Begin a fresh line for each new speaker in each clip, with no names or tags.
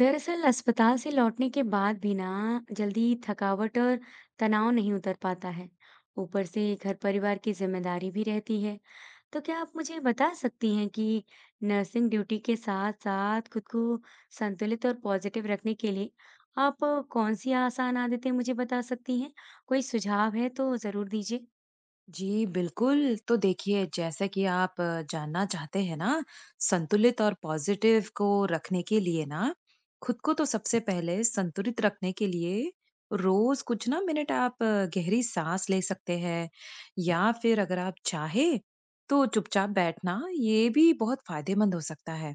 दरअसल अस्पताल से लौटने के बाद भी ना जल्दी थकावट और तनाव नहीं उतर पाता है। ऊपर से घर परिवार की जिम्मेदारी भी रहती है। तो क्या आप मुझे बता सकती हैं कि नर्सिंग ड्यूटी के साथ साथ खुद को संतुलित और पॉजिटिव रखने के लिए आप कौन सी आसान आदतें मुझे बता सकती हैं? कोई सुझाव है तो जरूर दीजिए।
जी, बिल्कुल। तो देखिए, जैसा कि आप जानना चाहते हैं ना, संतुलित और पॉज़िटिव को रखने के लिए ना, खुद को तो सबसे पहले संतुलित रखने के लिए रोज़ कुछ ना मिनट आप गहरी साँस ले सकते हैं। या फिर अगर आप चाहे, तो चुपचाप बैठना, ये भी बहुत फ़ायदेमंद हो सकता है।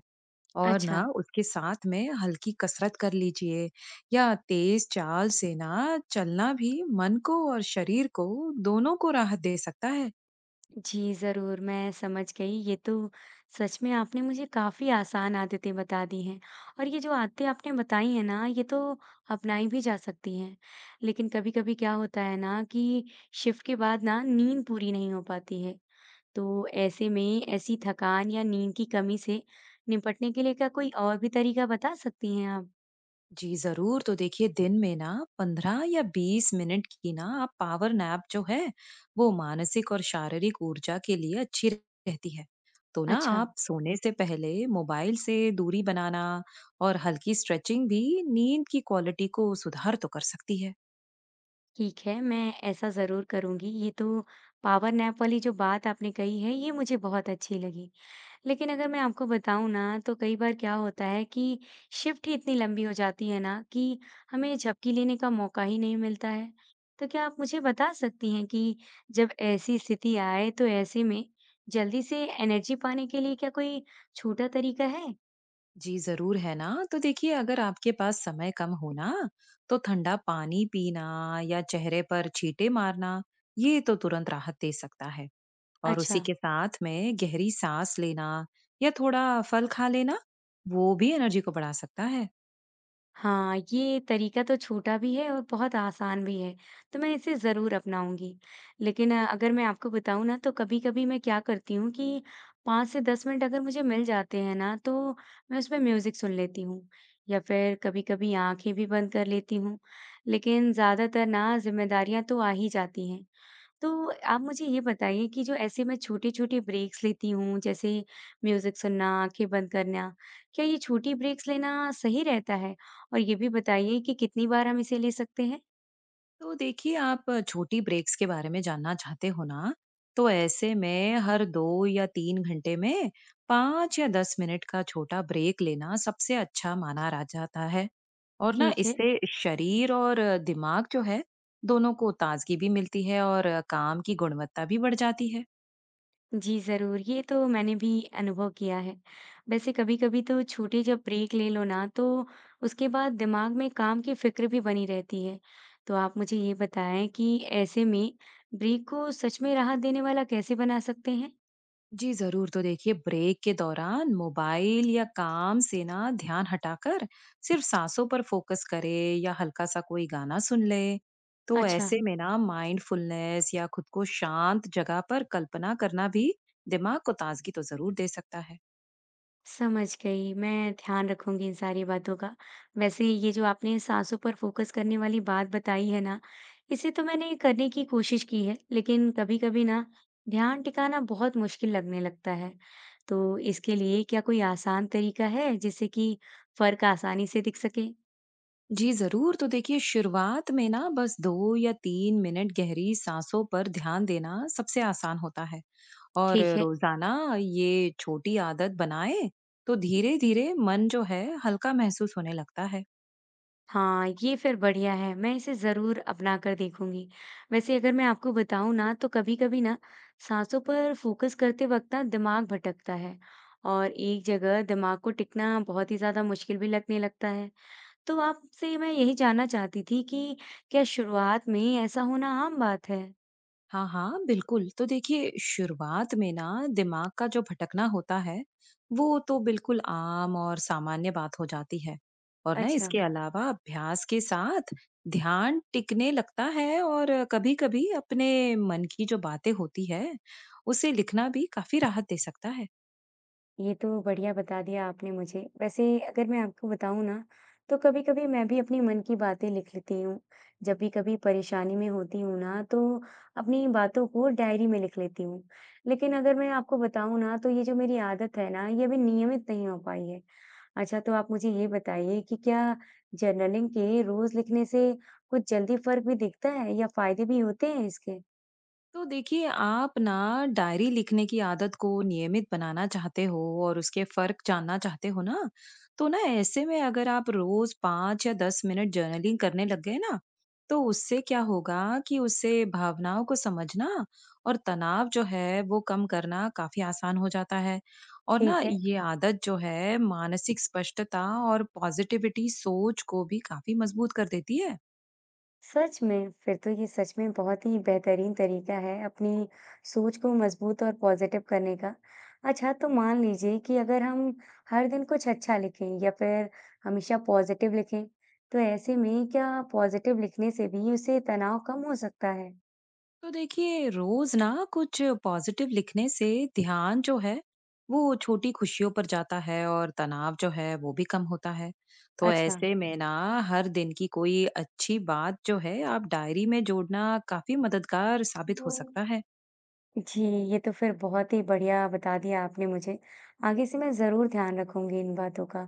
और ना
अच्छा।
उसके साथ में हल्की कसरत कर लीजिए। या तेज चाल से ना चलना भी मन को और शरीर को दोनों को राहत दे सकता है।
जी, ज़रूर, मैं समझ गई। ये तो सच में आपने मुझे काफ़ी आसान आदतें बता दी हैं, और ये जो आदतें आपने बताई हैं ना, ये तो अपनाई भी जा सकती हैं। लेकिन कभी-कभी क्या होता है ना कि शिफ्ट के बाद ना नींद पूरी नहीं हो पाती है। तो ऐसे में ऐसी थकान या नींद की कमी से निपटने के लिए क्या कोई और भी तरीका बता सकती हैं आप?
जी जरूर। तो देखिए, दिन में ना 15 या 20 मिनट की ना आप पावर नैप जो है वो मानसिक और शारीरिक ऊर्जा के लिए अच्छी रहती है। तो ना
अच्छा,
आप सोने से पहले मोबाइल से दूरी बनाना और हल्की स्ट्रेचिंग भी नींद की क्वालिटी को सुधार तो कर सकती है।
ठीक है, मैं ऐसा ज़रूर करूँगी। ये तो पावर नैप वाली जो बात आपने कही है, ये मुझे बहुत अच्छी लगी। लेकिन अगर मैं आपको बताऊँ ना, तो कई बार क्या होता है कि शिफ्ट ही इतनी लंबी हो जाती है ना कि हमें झपकी लेने का मौका ही नहीं मिलता है। तो क्या आप मुझे बता सकती हैं कि जब ऐसी स्थिति आए, तो ऐसे में जल्दी से एनर्जी पाने के लिए क्या कोई छोटा तरीका है?
जी जरूर है ना। तो देखिए, अगर आपके पास समय कम हो ना, तो ठंडा पानी पीना या चेहरे पर छींटे मारना, ये तो तुरंत राहत दे सकता है। और उसी
अच्छा।
के साथ में गहरी सांस लेना या थोड़ा फल खा लेना, वो भी एनर्जी को बढ़ा सकता है।
हाँ, ये तरीका तो छोटा भी है और बहुत आसान भी है, तो मैं इसे ज़रूर अपनाऊँगी। लेकिन अगर मैं आपको बताऊँ ना तो कभी-कभी मैं क्या करती हूँ कि 5 से 10 मिनट अगर मुझे मिल जाते हैं ना तो मैं उसमें म्यूज़िक सुन लेती हूँ, या फिर कभी-कभी आँखें भी बंद कर लेती हूँ। लेकिन ज़्यादातर ना ज़िम्मेदारियाँ तो आ ही जाती हैं। तो आप मुझे ये बताइए कि जो ऐसे मैं छोटे-छोटे ब्रेक्स लेती हूँ, जैसे म्यूज़िक सुनना, आँखें बंद करना, क्या ये छोटी ब्रेक्स लेना सही रहता है? और ये भी बताइए कि कितनी बार हम इसे ले सकते हैं?
तो देखिए, आप छोटी ब्रेक्स के बारे में जानना चाहते हो ना? तो ऐसे में हर 2 या 3 घंटे में 5 या 10 मिनट का छोटा ब्रेक लेना सबसे अच्छा माना रा जाता है। और ना
ठीक है।
इससे शरीर और दिमाग जो है, दोनों को ताज़गी भी मिलती है और काम की गुणवत्ता भी बढ़ जाती है।
जी, ज़रूर। ये तो मैंने भी अनुभव किया है। वैसे कभी-कभी तो छोटे जब ब्रेक ले लो ना, तो उसके बाद दिमाग में काम की फ़िक्र भी बनी रहती है। तो आप मुझे ये बताएँ कि ऐसे में ब्रेक को सच में राहत देने वाला कैसे बना सकते हैं?
जी जरूर। तो देखिए, ब्रेक के दौरान मोबाइल या काम से ना ध्यान हटाकर सिर्फ सांसों पर फोकस करे या हल्का सा कोई गाना सुन ले। तो
अच्छा।
ऐसे में ना माइंडफुलनेस या खुद को शांत जगह पर कल्पना करना भी दिमाग को ताजगी तो जरूर दे सकता है।
समझ गई, मैं ध्यान रखूँगी इन सारी बातों का। वैसे ये जो आपने साँसों पर फ़ोकस करने वाली बात बताई है ना, इसे तो मैंने करने की कोशिश की है, लेकिन कभी-कभी ना ध्यान टिकाना बहुत मुश्किल लगने लगता है। तो इसके लिए क्या कोई आसान तरीका है, जिससे कि फ़र्क आसानी से दिख सके?
जी जरूर। तो देखिए, शुरुआत में ना बस 2 या 3 मिनट गहरी सांसों पर ध्यान देना सबसे आसान होता है। और
ठीक है।
रोजाना ये छोटी आदत बनाए तो धीरे धीरे मन जो है हल्का महसूस होने लगता है।
हाँ, ये फिर बढ़िया है, मैं इसे ज़रूर अपना कर देखूँगी। वैसे अगर मैं आपको बताऊँ ना तो कभी-कभी ना साँसों पर फ़ोकस करते वक़्त ना दिमाग भटकता है, और एक जगह दिमाग को टिकना बहुत ही ज़्यादा मुश्किल भी लगने लगता है। तो आपसे मैं यही जानना चाहती थी कि क्या शुरुआत में ऐसा होना आम बात है?
हाँ हाँ बिल्कुल। तो देखिए, शुरुआत में ना दिमाग का जो भटकना होता है वो तो बिल्कुल आम और सामान्य बात हो जाती है। और ना
अच्छा।
इसके अलावा अभ्यास के साथ ध्यान टिकने लगता है और कभी कभी अपने मन की जो बातें होती है उसे लिखना भी काफी राहत दे सकता है।
ये तो बढ़िया बता दिया आपने मुझे। वैसे अगर मैं आपको बताऊँ ना, तो कभी-कभी मैं भी अपने मन की बातें लिख लेती हूँ। जब भी कभी परेशानी में होती हूँ ना, तो अपनी बातों को डायरी में लिख लेती हूँ। लेकिन अगर मैं आपको बताऊँ ना, तो ये जो मेरी आदत है ना, ये अभी नियमित नहीं हो पाई है। अच्छा, तो आप मुझे ये बताइए कि क्या जर्नलिंग के रोज़ लिखने से कुछ जल्दी फ़र्क भी दिखता है या फ़ायदे भी होते हैं इसके?
तो देखिए, आप ना डायरी लिखने की आदत को नियमित बनाना चाहते हो और उसके फर्क जानना चाहते हो ना, तो ना ऐसे में अगर आप रोज 5 या 10 मिनट जर्नलिंग करने लग गए ना, तो उससे क्या होगा कि उससे भावनाओं को समझना और तनाव जो है वो कम करना काफी आसान हो जाता है। और ना
ठीक है।
ये आदत जो है मानसिक स्पष्टता और पॉजिटिविटी सोच को भी काफी मजबूत कर देती है।
सच में! फिर तो ये सच में बहुत ही बेहतरीन तरीका है अपनी सोच को मजबूत और पॉजिटिव करने का। अच्छा, तो मान लीजिए कि अगर हम हर दिन कुछ अच्छा लिखें या फिर हमेशा पॉजिटिव लिखें, तो ऐसे में क्या पॉजिटिव लिखने से भी उसे तनाव कम हो सकता है?
तो देखिए, रोज ना कुछ पॉजिटिव लिखने से ध्यान जो है वो छोटी खुशियों पर जाता है और तनाव जो है वो भी कम होता है। तो
अच्छा।
ऐसे में ना हर दिन की कोई अच्छी बात जो है आप डायरी में जोड़ना काफी मददगार साबित हो सकता है।
जी, ये तो फिर बहुत ही बढ़िया बता दिया आपने मुझे। आगे से मैं ज़रूर ध्यान रखूँगी इन बातों का।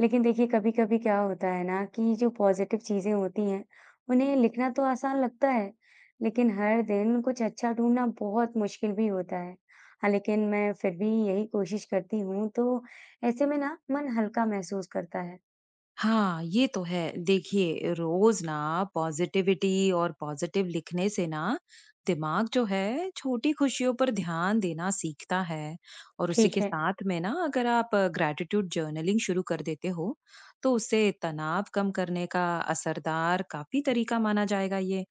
लेकिन देखिए कभी-कभी क्या होता है ना कि जो पॉज़िटिव चीज़ें होती हैं, उन्हें लिखना तो आसान लगता है, लेकिन हर दिन कुछ अच्छा ढूँढना बहुत मुश्किल भी होता है। हाँ, लेकिन मैं फिर भी यही कोशिश करती हूँ, तो ऐसे में ना मन हल्का महसूस करता है।
हाँ, ये तो है। देखिए, रोज़ ना पॉज़िटिविटी और पॉज़िटिव लिखने से ना दिमाग जो है छोटी खुशियों पर ध्यान देना सीखता है। और उसी
ठीक
के
है।
साथ में ना अगर आप ग्रैटिट्यूड जर्नलिंग शुरू कर देते हो, तो उससे तनाव कम करने का असरदार काफ़ी तरीका माना जाएगा ये।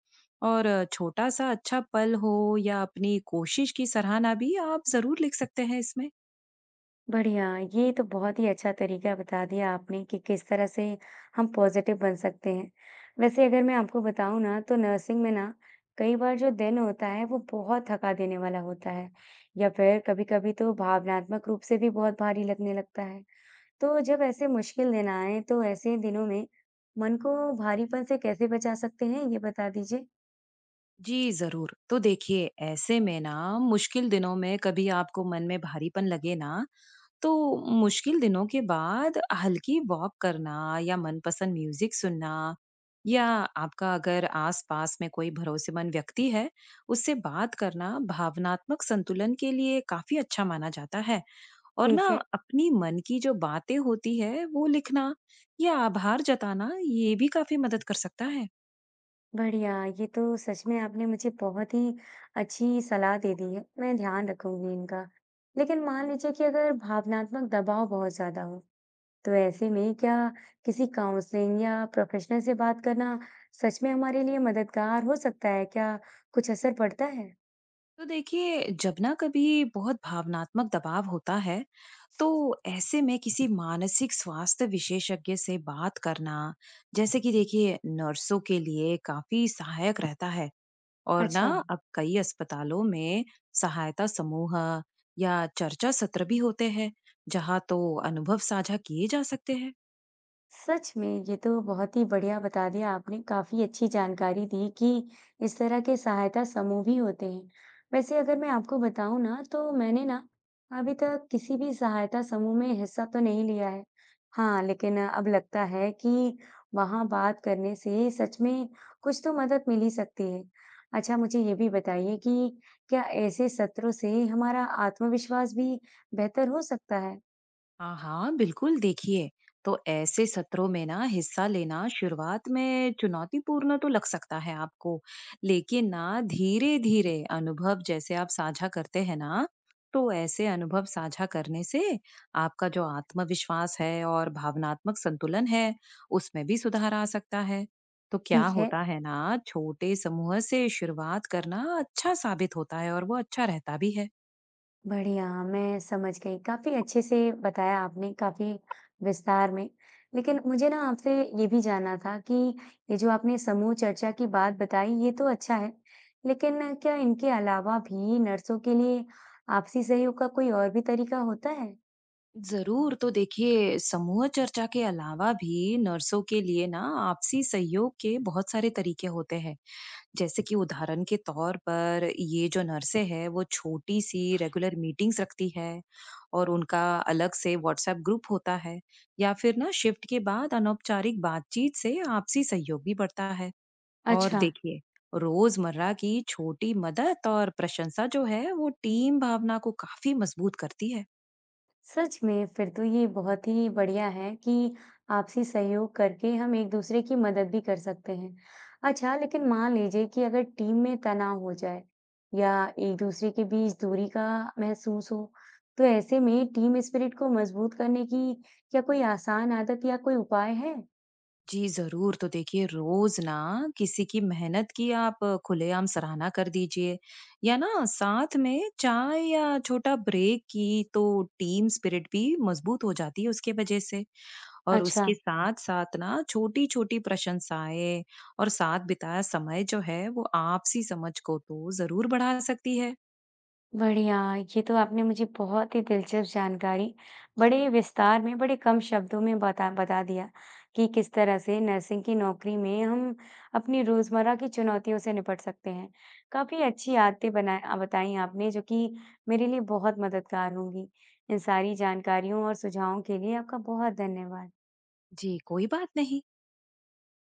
और छोटा-सा अच्छा पल हो या अपनी कोशिश की सराहना भी आप ज़रूर लिख सकते हैं इसमें।
बढ़िया, ये तो बहुत ही अच्छा तरीका बता दिया आपने कि किस तरह से हम पॉजिटिव बन सकते हैं। वैसे अगर मैं आपको बताऊँ ना तो नर्सिंग में ना कई बार जो दिन होता है वो बहुत थका देने वाला होता है, या फिर कभी-कभी तो भावनात्मक रूप से भी बहुत भारी लगने लगता है। तो जब ऐसे मुश्किल दिन आए तो ऐसे दिनों में मन को भारीपन से कैसे बचा सकते हैं ये बता दीजिए?
जी, ज़रूर। तो देखिए, ऐसे में ना मुश्किल दिनों में कभी आपको मन में भारीपन लगे ना, तो मुश्किल दिनों के बाद हल्की वॉक करना या मनपसंद म्यूज़िक सुनना या आपका अगर आस-पास में कोई भरोसेमंद व्यक्ति है, उससे बात करना भावनात्मक संतुलन के लिए काफ़ी अच्छा माना जाता है। और ना
ठीक है।
अपनी मन की जो बातें होती है, वो लिखना या आभार जताना, ये भी काफ़ी मदद कर सकता है।
बढ़िया, ये तो सच में आपने मुझे बहुत ही अच्छी सलाह दे दी है, मैं ध्यान रखूँगी इनका। लेकिन मान लीजिए कि अगर भावनात्मक दबाव बहुत ज़्यादा हो, तो ऐसे में क्या किसी काउंसलिंग या प्रोफेशनल से बात करना सच में हमारे लिए मददगार हो सकता है? क्या कुछ असर पड़ता है?
तो देखिए, जब ना कभी बहुत भावनात्मक दबाव होता है तो ऐसे में किसी मानसिक स्वास्थ्य विशेषज्ञ से बात करना, जैसे कि देखिए नर्सों के लिए काफी सहायक रहता है। और ना
अच्छा।
अब कई अस्पतालों में सहायता समूह या चर्चा सत्र भी होते हैं जहाँ तो अनुभव साझा किए जा सकते हैं।
सच में ये तो बहुत ही बढ़िया बता दिया आपने, काफी अच्छी जानकारी दी कि इस तरह के सहायता समूह भी होते हैं। वैसे अगर मैं आपको बताऊं ना तो मैंने ना अभी तक किसी भी सहायता समूह में हिस्सा तो नहीं लिया है। हाँ लेकिन अब लगता है कि वहां बात करने से सच में कुछ तो मदद मिल ही सकती है। अच्छा, मुझे ये भी बताइए कि क्या ऐसे सत्रों से हमारा आत्मविश्वास भी बेहतर हो सकता है?
हाँ हाँ बिल्कुल। देखिए, तो ऐसे सत्रों में ना हिस्सा लेना शुरुआत में चुनौतीपूर्ण तो लग सकता है आपको, लेकिन ना धीरे धीरे अनुभव जैसे आप साझा करते हैं ना, तो ऐसे अनुभव साझा करने से आपका जो आत्मविश्वास है और भावनात्मक संतुलन है उसमें भी सुधार आ सकता है। तो क्या
ठीक है।
होता है ना छोटे समूह से शुरुआत करना अच्छा साबित होता है और वो अच्छा रहता भी है।
बढ़िया, मैं समझ गई। काफ़ी अच्छे से बताया आपने, काफ़ी विस्तार में। लेकिन मुझे ना आपसे ये भी जानना था कि ये जो आपने समूह चर्चा की बात बताई, ये तो अच्छा है। लेकिन क्या इनके अलावा भी नर्सों के लिए आपसी सहयोग का कोई और भी तरीका होता है?
जरूर। तो देखिए, समूह चर्चा के अलावा भी नर्सों के लिए ना आपसी सहयोग के बहुत सारे तरीके होते हैं। जैसे कि उदाहरण के तौर पर ये जो नर्सें हैं वो छोटी सी रेगुलर मीटिंग्स रखती है और उनका अलग से व्हाट्सएप ग्रुप होता है। या फिर ना शिफ्ट के बाद अनौपचारिक बातचीत से आपसी सहयोग भी बढ़ता है। और
अच्छा।
देखिए, रोजमर्रा की छोटी मदद और प्रशंसा जो है वो टीम भावना को काफी मजबूत करती है।
सच में, फिर तो ये बहुत ही बढ़िया है कि आपसी सहयोग करके हम एक-दूसरे की मदद भी कर सकते हैं। अच्छा, लेकिन मान लीजिए कि अगर टीम में तनाव हो जाए या एक-दूसरे के बीच दूरी का महसूस हो, तो ऐसे में टीम स्पिरिट को मजबूत करने की क्या कोई आसान आदत या कोई उपाय है?
जी, ज़रूर। तो देखिए, रोज़ ना किसी की मेहनत की आप खुलेआम सराहना कर दीजिए या ना साथ में चाय या छोटा ब्रेक की तो टीम स्पिरिट भी मज़बूत हो जाती है उसके वजह से। और
अच्छा।
उसके साथ-साथ ना छोटी-छोटी प्रशंसाएँ और साथ बिताया समय जो है, वो आपसी समझ को तो ज़रूर बढ़ा सकती है।
बढ़िया, ये तो आपने मुझे बहुत ही दिलचस्प जानकारी बड़े विस्तार में, बड़े कम शब्दों में बता बता दिया कि किस तरह से नर्सिंग की नौकरी में हम अपनी रोज़मर्रा की चुनौतियों से निपट सकते हैं। काफ़ी अच्छी आदतें बताई आपने जो कि मेरे लिए बहुत मददगार होंगी। इन सारी जानकारियों और सुझावों के लिए आपका बहुत धन्यवाद।
जी, कोई बात नहीं।